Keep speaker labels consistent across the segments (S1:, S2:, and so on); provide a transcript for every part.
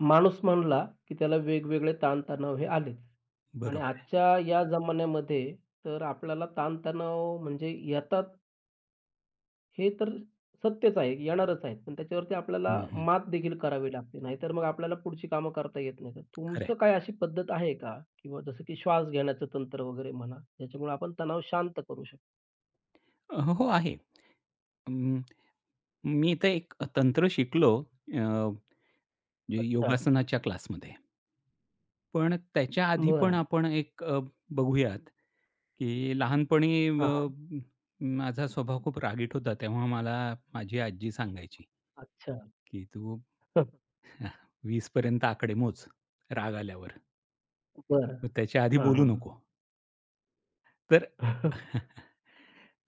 S1: माणूस म्हणला, की त्याला वेगवेगळे ताण-तणाव हे आलेच आणि
S2: बरोबर आहे.
S1: आजच्या या जमान्यामध्ये तर आपल्याला ताण म्हणजे येतात हे तर सत्यच आहे, येणारच आहेत. पण त्याच्यावरती आपल्याला
S2: हं, हं.
S1: मात देखील करावी लागते. नाहीतर मग आपल्याला पुढची कामं करता येत नाही. तर
S2: खरं आहे.
S1: तुमचं काय अशी पद्धत आहे का? किंवा जसं की श्वास घेण्याचं तंत्र वगैरे म्हणा, ज्याच्यामुळे आपण तणाव शांत करू शकतो?
S2: हो, आहे. अं, मी इथे एक तंत्र शिकलो अ, जे
S1: अच्छा.
S2: योगासनाच्या क्लासमध्ये. पण त्याच्या आधी पण
S1: बरं.
S2: आपण एक बघूयात, की लहानपणी
S1: हां, हां.
S2: माझा स्वभाव खूप रागीट होता. तेव्हा मला माझी आजी सांगायची,
S1: अच्छा.
S2: की "तू 20 पर्यंत आकडे मोज राग आल्यावर.
S1: बरं.
S2: मग त्याच्या आधी
S1: हां,
S2: बोलू
S1: हां, हां.
S2: नको." तर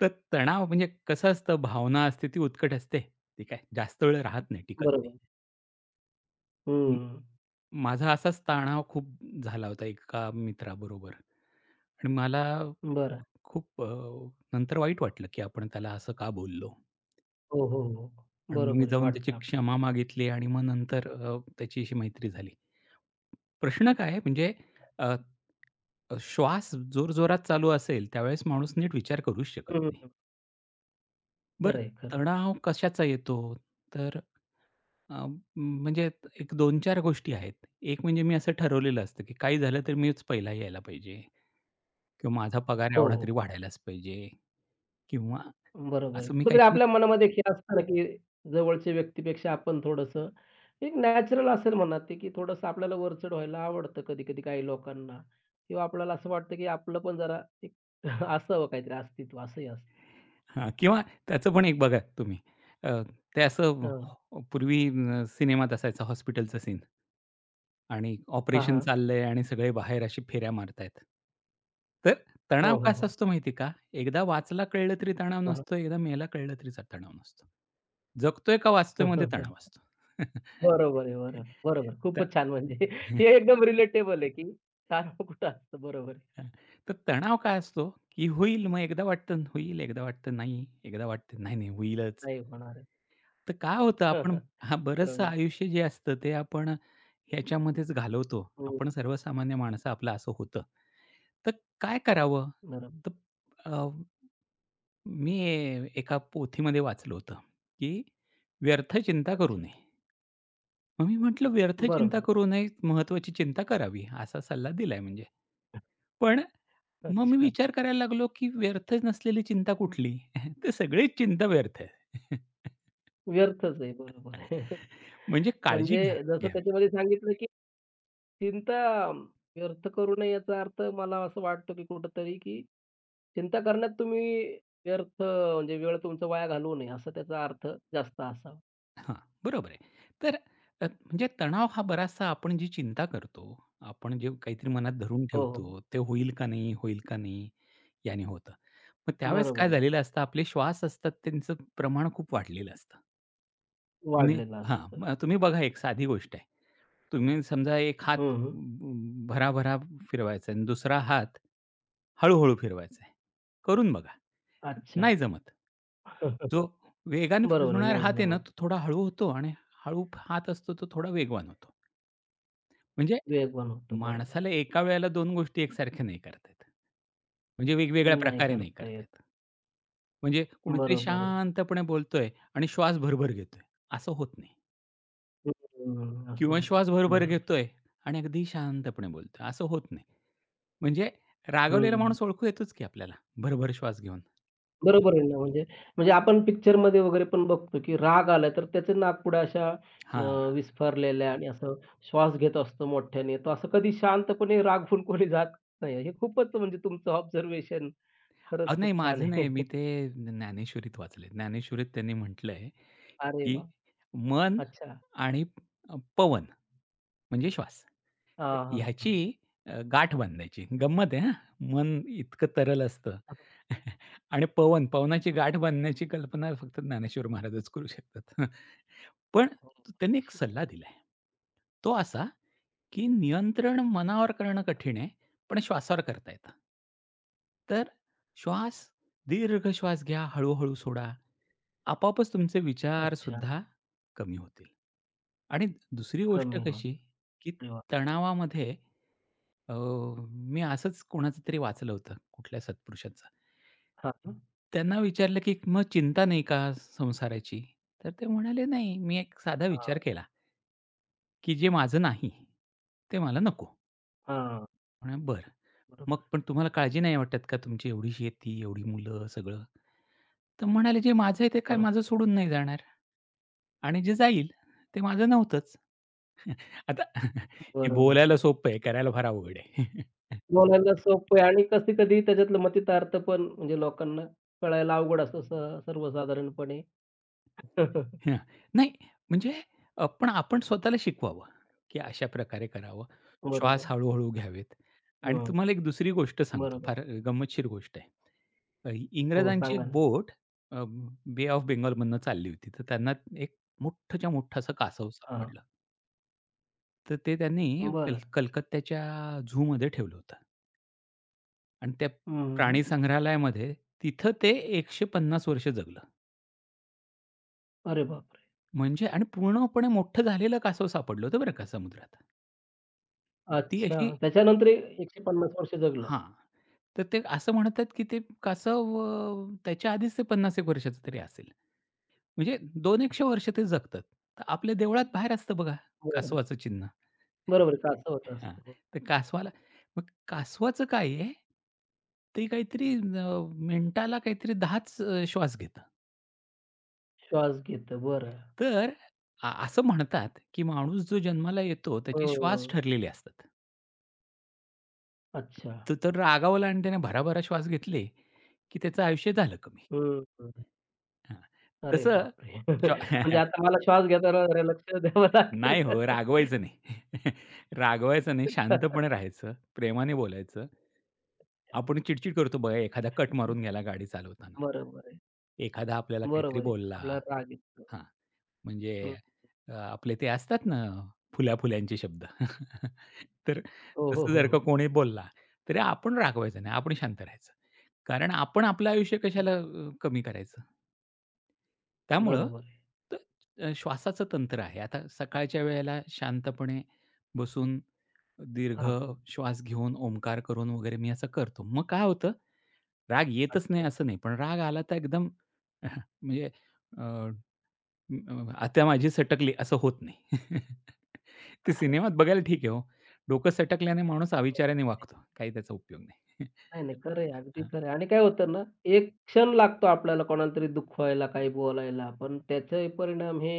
S2: तर तणाव म्हणजे कसं असतं, भावना असते ती उत्कट असते. ठीक आहे. जास्त वेळ राहत नाही, टिकत
S1: बरोबर.
S2: नाही. म
S1: हं.
S2: माझा असाच तणाव खूप झाला होता एका मित्राबरोबर आणि मला
S1: बरं.
S2: खूप नंतर वाईट वाटलं, की आपण त्याला असं का बोललो?
S1: हो, हो, हो.
S2: आणि मग मी
S1: बरोबर आहे
S2: जाऊन त्याची
S1: वाटतं
S2: क्षमा
S1: आपल्याला.
S2: मागितली आणि मग नंतर त्याची अशी मैत्री झाली. प्रश्न काय आहे म्हणजे अ, श्वास जोरजोरात चालू असेल, त्यावेळेस माणूस नीट विचार करूच शकत
S1: हं, हं,
S2: नाही.
S1: हं.
S2: बरं
S1: खरं आहे, खरं आहे.
S2: तणाव कशाचा येतो? तर अ, म्हणजे एक 2-4 गोष्टी आहेत. एक म्हणजे मी असं ठरवलेलं असतं, की काही झालं तर मीच पहिला यायला पाहिजे किंवा माझा पगार
S1: हो,
S2: एवढा तरी
S1: हो.
S2: वाढायलाच पाहिजे किंवा
S1: बरोबर आहे.
S2: असं मी
S1: कुठेतरी
S2: काहीतरी
S1: आपल्या मनामध्ये एक हे असतं ना, की जवळच्या व्यक्तीपेक्षा आपण थोडंसं एक नॅचरल असेल म्हणा ते, की थोडंसं आपल्याला वरचढ व्हायला आवडतं कधी-कधी काही लोकांना किंवा आपल्याला असं वाटतं, की आपलं पण जरा एक असावं काहीतरी अस्तित्व असंही असतं.
S2: हां, किंवा त्याचं पण एक बघा तुम्ही अ, ते असं
S1: हां.
S2: हो, पूर्वी सिनेमात असायचा हॉस्पिटलचा सीन. आणि
S1: हां,
S2: ऑपरेशन
S1: हां.
S2: चाललंय आणि सगळे बाहेर अशी फेऱ्या मारतायत. तर तणाव
S1: हो, हो,
S2: कसा
S1: हो.
S2: असतो माहिती का? एकदा वाचला कळलं तरी तणाव
S1: हां.
S2: नसतो, एकदा मेला कळलं तरी तणाव नसतो. जगतोय का वाचतोयमध्ये तणाव असतो.
S1: बरोबर आहे. बरोबर. बरोबर.
S2: तर
S1: खूपच छान म्हणजे हे एकदम रिलेटेबल आहे, की तणाव कुठं असतं. बरोबर आहे.
S2: तर तणाव काय असतो, की होईल मग एकदा वाटतं होईल, एकदा वाटतं नाही, एकदा वाटतं नाही, नाही होईलच.
S1: नाही होणार.
S2: तर काय होतं आपण
S1: आहे.
S2: हां, बरंचसं
S1: बरोबर.
S2: आयुष्य जे असतं ते आपण ह्याच्यामध्येच घालवतो.
S1: हो,
S2: आपण सर्वसामान्य माणसं आपलं असं होतं. तर काय करावं?
S1: बरोबर.
S2: तर अ, मी एका पोथीमध्ये वाचलं होतं, की व्यर्थ चिंता करू
S1: अच्छा.
S2: नये. मग मी म्हटलं व्यर्थ
S1: बरोबर
S2: चिंता
S1: आहे.
S2: करू नये, महत्त्वाची चिंता करावी असा सल्ला दिलाय म्हणजे. पण मग मी
S1: अच्छा.
S2: विचार करायला लागलो, की व्यर्थ नसलेली चिंता कुठली? तर सगळीच चिंता व्यर्थ आहे.
S1: व्यर्थच आहे. बरोबर आहे.
S2: म्हणजे काळजी
S1: म्हणजे
S2: घ्या
S1: जसं
S2: घ्यावी.
S1: त्याच्यामध्ये सांगितलं, की चिंता व्यर्थ करू नये याचा अर्थ मला असं वाटतं, की कुठेतरी की चिंता करण्यात तुम्ही व्यर्थ म्हणजे वेळ तुमचा वाया घालवू नये असा त्याचा अर्थ जास्त असावा.
S2: हां, बरोबर आहे. तर म्हणजे तणाव हा बराचसा आपण जी चिंता करतो, आपण जे काहीतरी मनात धरून
S1: हो, हो.
S2: ठेवतो, ते होईल का नाही, होईल का नाही, याने होतं. मग त्यावेळेस
S1: बरोबर
S2: काय
S1: आहे.
S2: झालेलं असतं, आपले श्वास असतात त्यांचं प्रमाण खूप वाढलेलं असतं. तुम्ही
S1: वाढलेलं असतं.
S2: मग तुम्ही बघा एक साधी गोष्ट आहे. तुम्ही समजा एक हात
S1: हं, हं.
S2: भराभरा फिरवायचा आणि दुसरा हात हळू फिरवायचा आहे. करून बघा.
S1: अच्छा.
S2: नाही जमत. जो वेगाने
S1: बरोबर आहे.
S2: फिरवणारा
S1: नाही
S2: हात आहे ना,
S1: जमत.
S2: तो थोडा हळू होतो आणि हळू हात असतो तो थोडा वेगवान होतो. म्हणजे
S1: वेगवान होतो. बरोबर आहे.
S2: माणसाला एका वेळेला 2 गोष्टी एकसारख्या नाही करता येत. म्हणजे वेगवेगळ्या
S1: नाही
S2: प्रकारे नाही
S1: करता
S2: करता
S1: येत.
S2: येत. म्हणजे कोणीतरी
S1: बरोबर आहे.
S2: शांतपणे बोलतोय आणि श्वास भरभर घेतोय, असं होत नाही.
S1: हं, असं
S2: किंवा
S1: होतं.
S2: श्वास भरभर
S1: बरोबर.
S2: घेतोय आणि अगदी शांतपणे बोलतोय, असं होत नाही. म्हणजे रागावलेला
S1: हं.
S2: माणूस ओळखू येतोच की आपल्याला भरभर श्वास घेऊन.
S1: बरोबर आहे ना, म्हणजे म्हणजे आपण पिक्चरमध्ये वगैरे पण बघतो, की राग आला तर त्याचे नाकपुड्या अशा
S2: हां.
S1: अ, विस्फारलेल्या आणि असं श्वास घेत असतो मोठ्याने. तो असं कधी शांतपणे राग फुंकून जात नाही. हे खूपच म्हणजे तुमचं ऑब्झर्वेशन खरंच
S2: नाही
S1: खूप छान
S2: माझं
S1: आहे.
S2: नाही. मी ते ज्ञानेश्वरीत वाचलंय. ज्ञानेश्वरीत त्यांनी म्हटलंय,
S1: अरे
S2: की
S1: वा
S2: मन
S1: अच्छा.
S2: आणि पवन म्हणजे श्वास. तर
S1: हां, हां, हां.
S2: ह्याची गाठ बांधायची. गंमत आहे हां. मन इतकं तरल असतं आणि पवन, पवनाची गाठ बांधण्याची कल्पना फक्त ज्ञानेश्वर महाराजच करू शकतात. पण
S1: हो,
S2: त्यांनी एक
S1: निश्चितच.
S2: सल्ला दिलाय. तो असा की नियंत्रण मनावर करणं कठीण आहे, पण श्वासावर करता येतं. तर श्वास, दीर्घ श्वास घ्या, हळू-हळू सोडा. आपोआपच तुमचे
S1: अच्छा.
S2: विचारसुद्धा कमी होतील. आणि दुसरी गोष्ट
S1: कमी होतं.
S2: कशी, की
S1: अरे वाह!
S2: तणावामध्ये अ, मी असंच कोणाचं तरी वाचलं होतं, कुठल्या सत्पुरुषाचं.
S1: हां, हां.
S2: त्यांना विचारलं, की "मग चिंता नाही का संसाराची?" तर ते म्हणाले, "नाही, मी एक साधा विचार केला, की जे माझं नाही, ते मला नको."
S1: हां,
S2: म्हणाले, "बरं." मग
S1: बरोबर,
S2: पण तुम्हाला काळजी नाही वाटत का तुमची एवढी शेती, एवढी मुलं सगळं? तर म्हणाले, "जे माझं आहे ते काय
S1: बरोबर,
S2: माझं सोडून नाही जाणार आणि जे जाईल ते माझं नव्हतंच." आता हे
S1: बरोबर
S2: बोलायला सोपं आहे, करायला फार अवघड आहे.
S1: बोलायला सोपं आहे आणि कधी-कधी त्याच्यातलं मतितार्थ पण म्हणजे लोकांना कळायला अवघड असतो सर्वसाधारणपणे.
S2: हां. नाही म्हणजे पण आपण स्वतःला शिकवावं, की अशा प्रकारे करावं. श्वास
S1: बरोबर.
S2: हळू घ्यावेत आणि
S1: हं,
S2: तुम्हाला एक दुसरी गोष्ट सांगतो,
S1: बरोबर.
S2: फार गंमतशीर गोष्ट आहे.
S1: हो,
S2: इंग्रजांची
S1: सांगा
S2: एक
S1: ना.
S2: बोट अ, बे ऑफ बेंगॉलमधनं चालली होती. तर त्यांना एक मोठ्ठच्या मोठं असं कासव
S1: हां, हां.
S2: सापडलं. तर ते त्यांनी
S1: बरं.
S2: कलकत्त्याच्या झूमध्ये ठेवलं होतं आणि त्या
S1: हं, हं,
S2: प्राणी संग्रहालयामध्ये तिथं ते 150 वर्ष जगलं.
S1: अरे बापरे!
S2: म्हणजे आणि पूर्णपणे मोठं झालेलं कासव सापडलं होतं बरं का समुद्रात. ती
S1: अच्छा.
S2: अशी
S1: त्याच्यानंतर 150 वर्ष जगलं.
S2: हां. तर ते असं म्हणतात, की ते कासव त्याच्या आधीच ते 50 एक वर्षाचं तरी असेल. म्हणजे 2-100 वर्ष ते जगतात. तर आपल्या देवळात बाहेर असतं बघा
S1: बरं.
S2: कासवाचं चिन्ह.
S1: बरोबर आहे, कासव होत
S2: हां,
S1: असतं. हो.
S2: तर कासवाला मग कासवाचं काय आहे, ते काहीतरी मिनिटाला काहीतरी 10च श्वास घेतं.
S1: श्वास घेतं. बरं.
S2: तर असं म्हणतात, की माणूस जो जन्माला येतो त्याचे श्वास
S1: हं.
S2: ठरलेले असतात.
S1: अच्छा.
S2: तर तो तर रागावला आणि त्याने भराभरा श्वास घेतले, की त्याचं आयुष्य झालं कमी.
S1: हं, हं.
S2: हां,
S1: अरे
S2: तसं
S1: बापरे!
S2: श्वा
S1: म्हणजे आता मला श्वास घेताना जरा लक्ष द्यावं लागेल.
S2: नाही हो, रागवायचं नाही. रागवायचं नाही, शांतपणे राहायचं, प्रेमाने बोलायचं. आपण चिडचिड करतो बघा, एखादा कट मारून गेला गाडी चालवताना.
S1: बरोबर आहे.
S2: एखादा आपल्याला काहीतरी
S1: बरोबर आहे.
S2: बोलला.
S1: आपल्याला राग येतो.
S2: हां. म्हणजे
S1: हं.
S2: आपले ते असतात ना फुल्या-फुल्यांचे शब्द. तर
S1: हो, हो,
S2: तसं
S1: हो,
S2: जर का
S1: हो.
S2: कोणी बोलला, तरी आपण रागवायचं नाही, आपण शांत राहायचं. कारण आपण आपलं आयुष्य
S1: हं.
S2: कशाला कमी करायचं? त्यामुळं
S1: बरोबर आहे.
S2: त श्वासाचं तंत्र आहे. आता सकाळच्या वेळेला शांतपणे बसून दीर्घ
S1: हां.
S2: श्वास घेऊन, ओंकार करून वगैरे मी असं करतो. मग काय होतं, राग येतच नाही
S1: अच्छा.
S2: असं नाही, पण राग आला तर एकदम म्हणजे आता माझी सटकली असं होत नाही. ते सिनेमात बघायला ठीक आहे हो. डोकं सटकल्याने माणूस
S1: हो.
S2: अविचाराने वागतो. काही त्याचा उपयोग नाही.
S1: नाही, नाही. खरं आहे. अगदी
S2: हां.
S1: खरं आहे. आणि काय होतं ना, एक क्षण लागतो आपल्याला कोणाला तरी दुखवायला, काही बोलायला. पण त्याचे परिणाम हे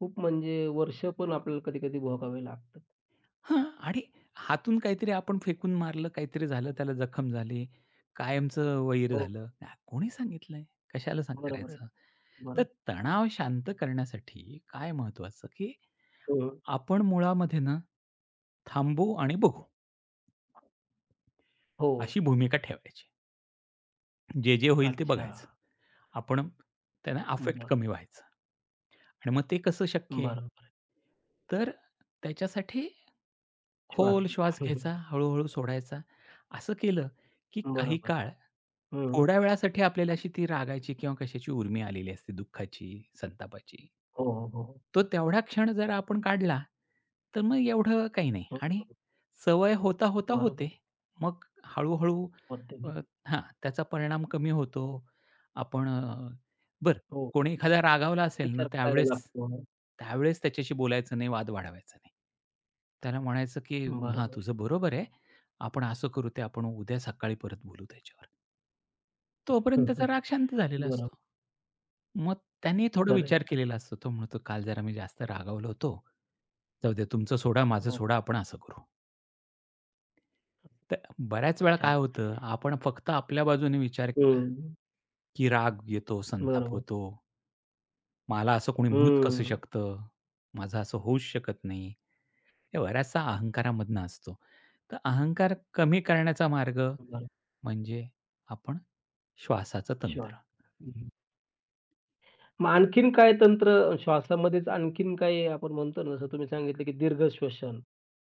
S1: खूप म्हणजे वर्ष पण आपल्याला कधी-कधी भोगावे लागतात.
S2: हां आणि हातून काहीतरी आपण फेकून मारलं, काहीतरी झालं, त्याला जखम झाली, कायमचं वैर
S1: हो,
S2: झालं. कोणी सांगितलंय? कशाला
S1: बरोबर आहे.
S2: करायचं? तर
S1: बरोबर.
S2: तणाव शांत करण्यासाठी काय महत्वाचं, की
S1: हं.
S2: आपण मुळामध्ये ना थांबू आणि बघू,
S1: हो.
S2: अशी भूमिका ठेवायची. जे, जे होईल ते
S1: अच्छा.
S2: बघायचं. आपण त्यांना अफेक्ट
S1: बरं.
S2: कमी व्हायचं आणि मग ते कसं शक्य आहे?
S1: बरोबर आहे.
S2: तर त्याच्यासाठी
S1: श्वास.
S2: खोल श्वास
S1: हं, हं.
S2: घ्यायचा, हळू-हळू सोडायचा. असं केलं, की काही
S1: बरोबर
S2: काळ
S1: हं.
S2: थोड्या वेळासाठी आपल्याला अशी ती रागाची किंवा कशाची उर्मी आलेली असते दुःखाची, संतापाची.
S1: हो, हो, हो, हो.
S2: तो तेवढा क्षण जर आपण काढला, तर मग एवढं काही नाही
S1: हं.
S2: आणि सवय होता, होता
S1: बरोबर
S2: होते.
S1: आहे.
S2: मग हळू
S1: होते,
S2: अ,
S1: होते.
S2: हां, त्याचा परिणाम कमी होतो. आपण बरं
S1: हो, हो.
S2: कोणी एखादा रागावला असेल ना,
S1: विचार करायला
S2: त्यावेळेस
S1: लागतो.
S2: त्यावेळेस त्याच्याशी बोलायचं नाही, वाद वाढवायचा नाही. त्याला म्हणायचं, की "हां,
S1: बरोबर आहे.
S2: तुझं बरोबर आहे. आपण असं करू ते आपण उद्या सकाळी परत बोलू त्याच्यावर." तोपर्यंत त्याचा राग शांत झालेला
S1: बरोबर.
S2: असतो. मग त्याने थोडा
S1: खरं आहे,
S2: विचार
S1: खरं
S2: केलेला
S1: आहे.
S2: असतो. तो म्हणतो, "काल जरा मी जास्त रागावलो होतो. जाऊ द्या तुमचं सोडा, माझं
S1: हो,
S2: सोडा,
S1: हो.
S2: आपण असं करू." तर बऱ्याच
S1: खूपच
S2: वेळा काय
S1: छान.
S2: होतं, आपण फक्त आपल्या बाजूने विचार केला,
S1: हं.
S2: की राग येतो, संताप
S1: बरोबर.
S2: होतो. मला असं कोणी म्हणूच कसं
S1: हं.
S2: शकतं? माझं असं होऊच शकत नाही. हे बऱ्याचसा अहंकारामधनं असतो. तर अहंकार कमी करण्याचा मार्ग
S1: बरं.
S2: म्हणजे आपण श्वासाचं तंत्र.
S1: श्वास. हं, हं. मग आणखीन काय तंत्र श्वासामध्येच आणखीन काही आपण म्हणतो ना, जसं तुम्ही सांगितलं, की दीर्घ श्वसन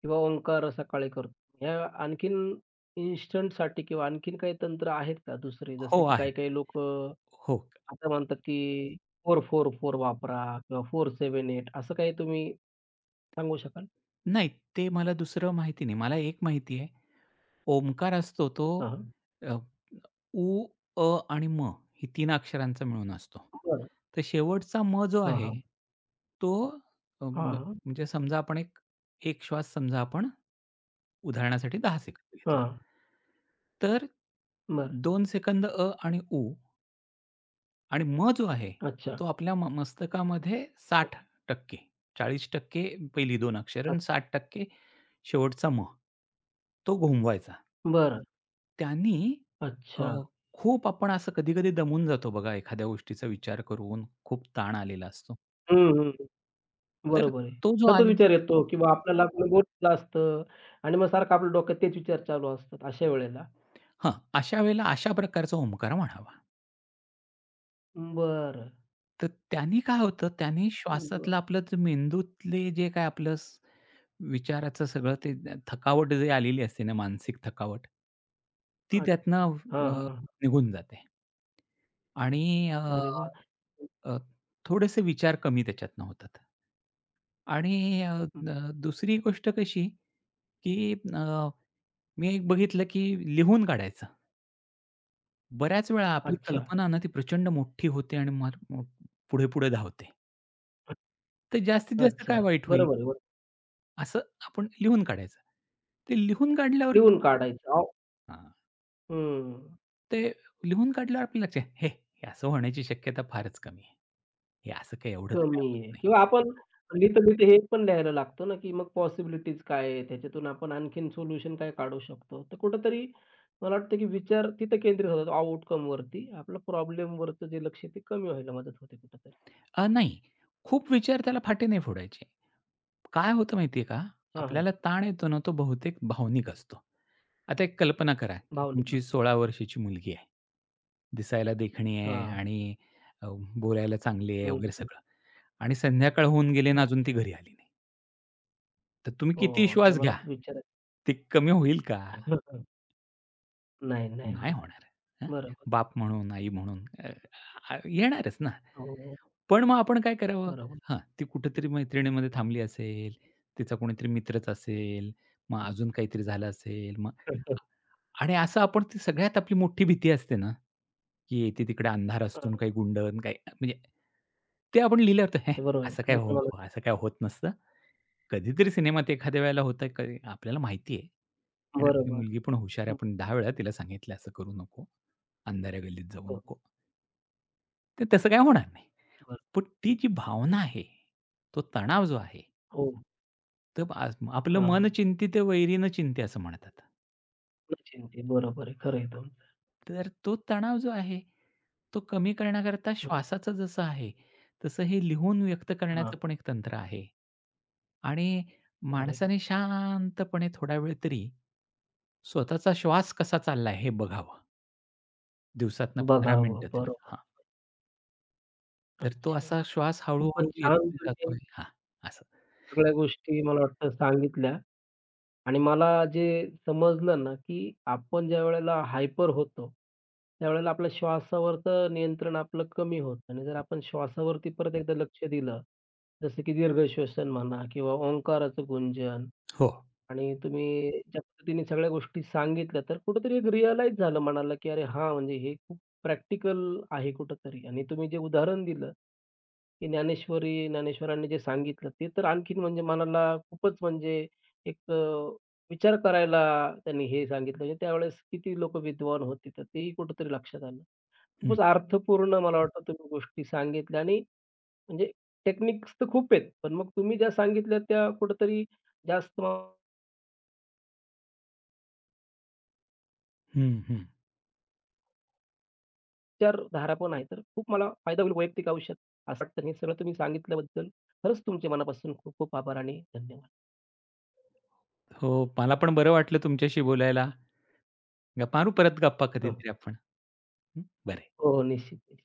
S1: किंवा ओंकार सकाळी करतो. ह्या आणखीन इन्स्टंटसाठी किंवा आणखीन काही तंत्र आहेत का दुसरे? जसे
S2: हो,
S1: की
S2: आहे.
S1: काही-काही लोकं
S2: हो.
S1: असं म्हणतात, की 4-4-4 वापरा किंवा 4-7-8 असं काही तुम्ही सांगू शकाल?
S2: नाही ते मला दुसरं माहिती नाही. मला एक माहिती आहे ओंकार असतो तो
S1: हां, हां.
S2: अ, उ, अ आणि म ही तीन अक्षरांचा मिळून असतो.
S1: बरं.
S2: तर शेवटचा म जो
S1: हां,
S2: आहे,
S1: हां.
S2: तो अ, ब
S1: हां, हां.
S2: म्हणजे समजा आपण एक एक श्वास समजा आपण उदाहरणासाठी 10 सेकंद घेतला.
S1: हां.
S2: तर
S1: बरं.
S2: 2 सेकंद अ आणि उ आणि म जो आहे,
S1: अच्छा.
S2: तो आपल्या मस्तकामध्ये 60% 40% पहिली 2 अक्षर आणि 60% शेवटचा म. तो घुमवायचा.
S1: बरं.
S2: त्यांनी अ,
S1: अच्छा.
S2: खूप आपण असं कधी-कधी दमून जातो बघा एखाद्या गोष्टीचा विचार करून, खूप ताण आलेला असतो.
S1: हं, हं.
S2: तर
S1: बरोबर आहे.
S2: तो जो
S1: सतत विचार येतो किंवा आपल्याला कोणी बोललं असतं आणि मग सारखं आपल्या डोक्यात तेच विचार चालू असतात अशा वेळेला.
S2: हां, अशा वेळेला अशा प्रकारचा ओंकार म्हणावा.
S1: बरं.
S2: तर त्यानी काय होतं, त्यानी
S1: बरं.
S2: श्वासातलं आपलं जे मेंदूतले जे काय आपलं विचाराचं सगळं ते थकावट जे आलेली असते ना, मानसिक थकावट ती त्यातनं
S1: हां, हां,
S2: निघून जाते. आणि
S1: अरे वाह!
S2: अ, थोडेसे विचार कमी त्याच्यातनं होतात. आणि दुसरी गोष्ट कशी, की मी एक बघितलं की लिहून काढायचं. बऱ्याच वेळा आपली
S1: अच्छा,
S2: कल्पना ना ती प्रचंड मोठी होते आणि मग मग पुढे-पुढे धावते. तर जास्तीत जास्त
S1: अच्छा.
S2: काय वाईट होईल,
S1: बरोबर आहे. बरोबर.
S2: असं आपण लिहून काढायचं. ते लिहून काढल्यावर
S1: लिहून काढायचं. अहो
S2: हां,
S1: हं.
S2: ते लिहून काढल्यावर आपल्याला लक्षात "हे, असं होण्याची शक्यता फारच कमी आहे. हे असं काही एवढंच काय
S1: कमी
S2: होत
S1: आहे
S2: नाही."
S1: किंवा आपण लिहिता-लिहिता हे पण लिहायला लागतो ना, की मग पॉसिबिलिटीज काय आहे? त्याच्यातून आपण आणखीन सोल्युशन काय काढू शकतो? तर कुठेतरी मला वाटतं, की विचार तिथं केंद्रित होतात आउटकमवरती. आपलं प्रॉब्लेमवरचं जे लक्ष आहे ते कमी व्हायला मदत होते कुठेतरी.
S2: नाही. खूप विचार त्याला फाटे नाही फोडायचे. काय होतं माहिती आहे का?
S1: हां, हां.
S2: आपल्याला ताण येतो ना, तो बहुतेक भावनिक असतो. आता एक कल्पना करा, की
S1: भावनिक
S2: तुमची
S1: असतं.
S2: 16 वर्षाची मुलगी आहे. दिसायला देखणी आहे
S1: हां.
S2: आणि अ, बोलायला चांगली आहे
S1: हं,
S2: वगैरे
S1: हं.
S2: सगळं आणि संध्याकाळ होऊन गेली आणि अजून ती
S1: अच्छा.
S2: घरी आली नाही. तर तुम्ही
S1: हो,
S2: किती
S1: आपल्या
S2: श्वास घ्या,
S1: मनात विचार आहे.
S2: ते कमी होईल का?
S1: नाही, नाही
S2: नाही
S1: होणार.
S2: होणार. हं.
S1: बरोबर.
S2: बाप म्हणून, आई म्हणून येणारच ना.
S1: हो,
S2: पण मग आपण काय करावं?
S1: बरोबर.
S2: हां, ती कुठेतरी मैत्रिणीमध्ये थांबली असेल, तिचा कोणीतरी मित्रच असेल, मग अजून काहीतरी झालं असेल, मग आणि असं आपण ती सगळ्यात आपली मोठी भीती असते ना, की येथे-तिकडे अंधार असतो आणि काही गुंड आणि काही म्हणजे ते आपण लिहिल्यावर तर, "हे,
S1: अच्छा, बरोबर आहे.
S2: असं काय
S1: काही प्रमाणात
S2: होतं असं काय होत नसतं." कधीतरी सिनेमात एखाद्या वेळेला होतं कधी आपल्याला माहिती आहे आणि आपली
S1: बरोबर.
S2: मुलगी पण हुशार आहे.
S1: हं.
S2: आपण 10 वेळा तिला सांगितलं, "असं करू नको, अंधाऱ्या गल्लीत जाऊ
S1: हो, हो.
S2: नको." तर तसं काय होणार नाही.
S1: बरं.
S2: पण ती जी भावना आहे, तो तणाव जो आहे,
S1: हो.
S2: तर आज आपलं मन
S1: हां.
S2: चिंतित वैरी न चिंते असं म्हणतात.
S1: चिंते. बरोबर आहे.
S2: हां.
S1: खरं आहे तुमचं.
S2: तर तो तणाव जो आहे, तो कमी करण्याकरता
S1: हं.
S2: श्वासाचं जसं आहे, तसं हे लिहून व्यक्त
S1: हां.
S2: करण्याचं पण एक तंत्र आहे. आणि
S1: अरे
S2: माणसाने शांतपणे थोडा वेळ तरी स्वतःचा श्वास कसा चाललाय हे बघावं. दिवसातनं 15
S1: बघावं.
S2: मिनिटं तरी.
S1: बरोबर.
S2: हां. तर तो
S1: अच्छा.
S2: असा श्वास हळू-हळू
S1: खूपच छान
S2: येतोय
S1: तुम्ही
S2: जातोय हां, असं.
S1: सगळ्या गोष्टी मला वाटतं सांगितल्या आणि मला जे समजलं ना, की आपण ज्यावेळेला हायपर होतो, त्यावेळेला आपल्या श्वासावरचं नियंत्रण आपलं कमी होतं आणि जर आपण श्वासावरती परत एकदा लक्ष दिलं, जसं की दीर्घ श्वसन म्हणा किंवा ओंकाराचं गुंजन
S2: हो.
S1: आणि तुम्ही ज्या पद्धतीने सगळ्या गोष्टी सांगितल्या, तर कुठेतरी एक रिअलाईज झालं मनाला, की अरे हां, म्हणजे हे खूप प्रॅक्टिकल आहे कुठेतरी आणि तुम्ही जे उदाहरण दिलं, की ज्ञानेश्वरी ज्ञानेश्वरांनी जे सांगितलं, ते तर आणखीन म्हणजे मनाला खूपच म्हणजे एक विचार करायला त्यांनी हे सांगितलं. म्हणजे त्यावेळेस किती लोकं विद्वान होते, तर तेही कुठेतरी लक्षात आलं.
S2: हं,
S1: खूपच अर्थपूर्ण मला वाटतं तुम्ही गोष्टी सांगितल्या आणि म्हणजे टेक्निक्स तर खूप आहेत, पण मग तुम्ही ज्या सांगितल्या त्या कुठेतरी जास्त
S2: हं, हं.
S1: विचारधारा पण आहे. तर खूप मला फायदा होईल वैयक्तिक आयुष्यात असं वाटतं. हे सगळं तुम्ही सांगितल्याबद्दल खरंच तुमचे मनापासून खूप खूप आभार आणि धन्यवाद.
S2: हो, मला पण बरं वाटलं तुमच्याशी बोलायला. गप्पा मारू परत
S1: हं.
S2: कधीतरी आपण. हं, बरं आहे,
S1: हो, हो. निश्चित.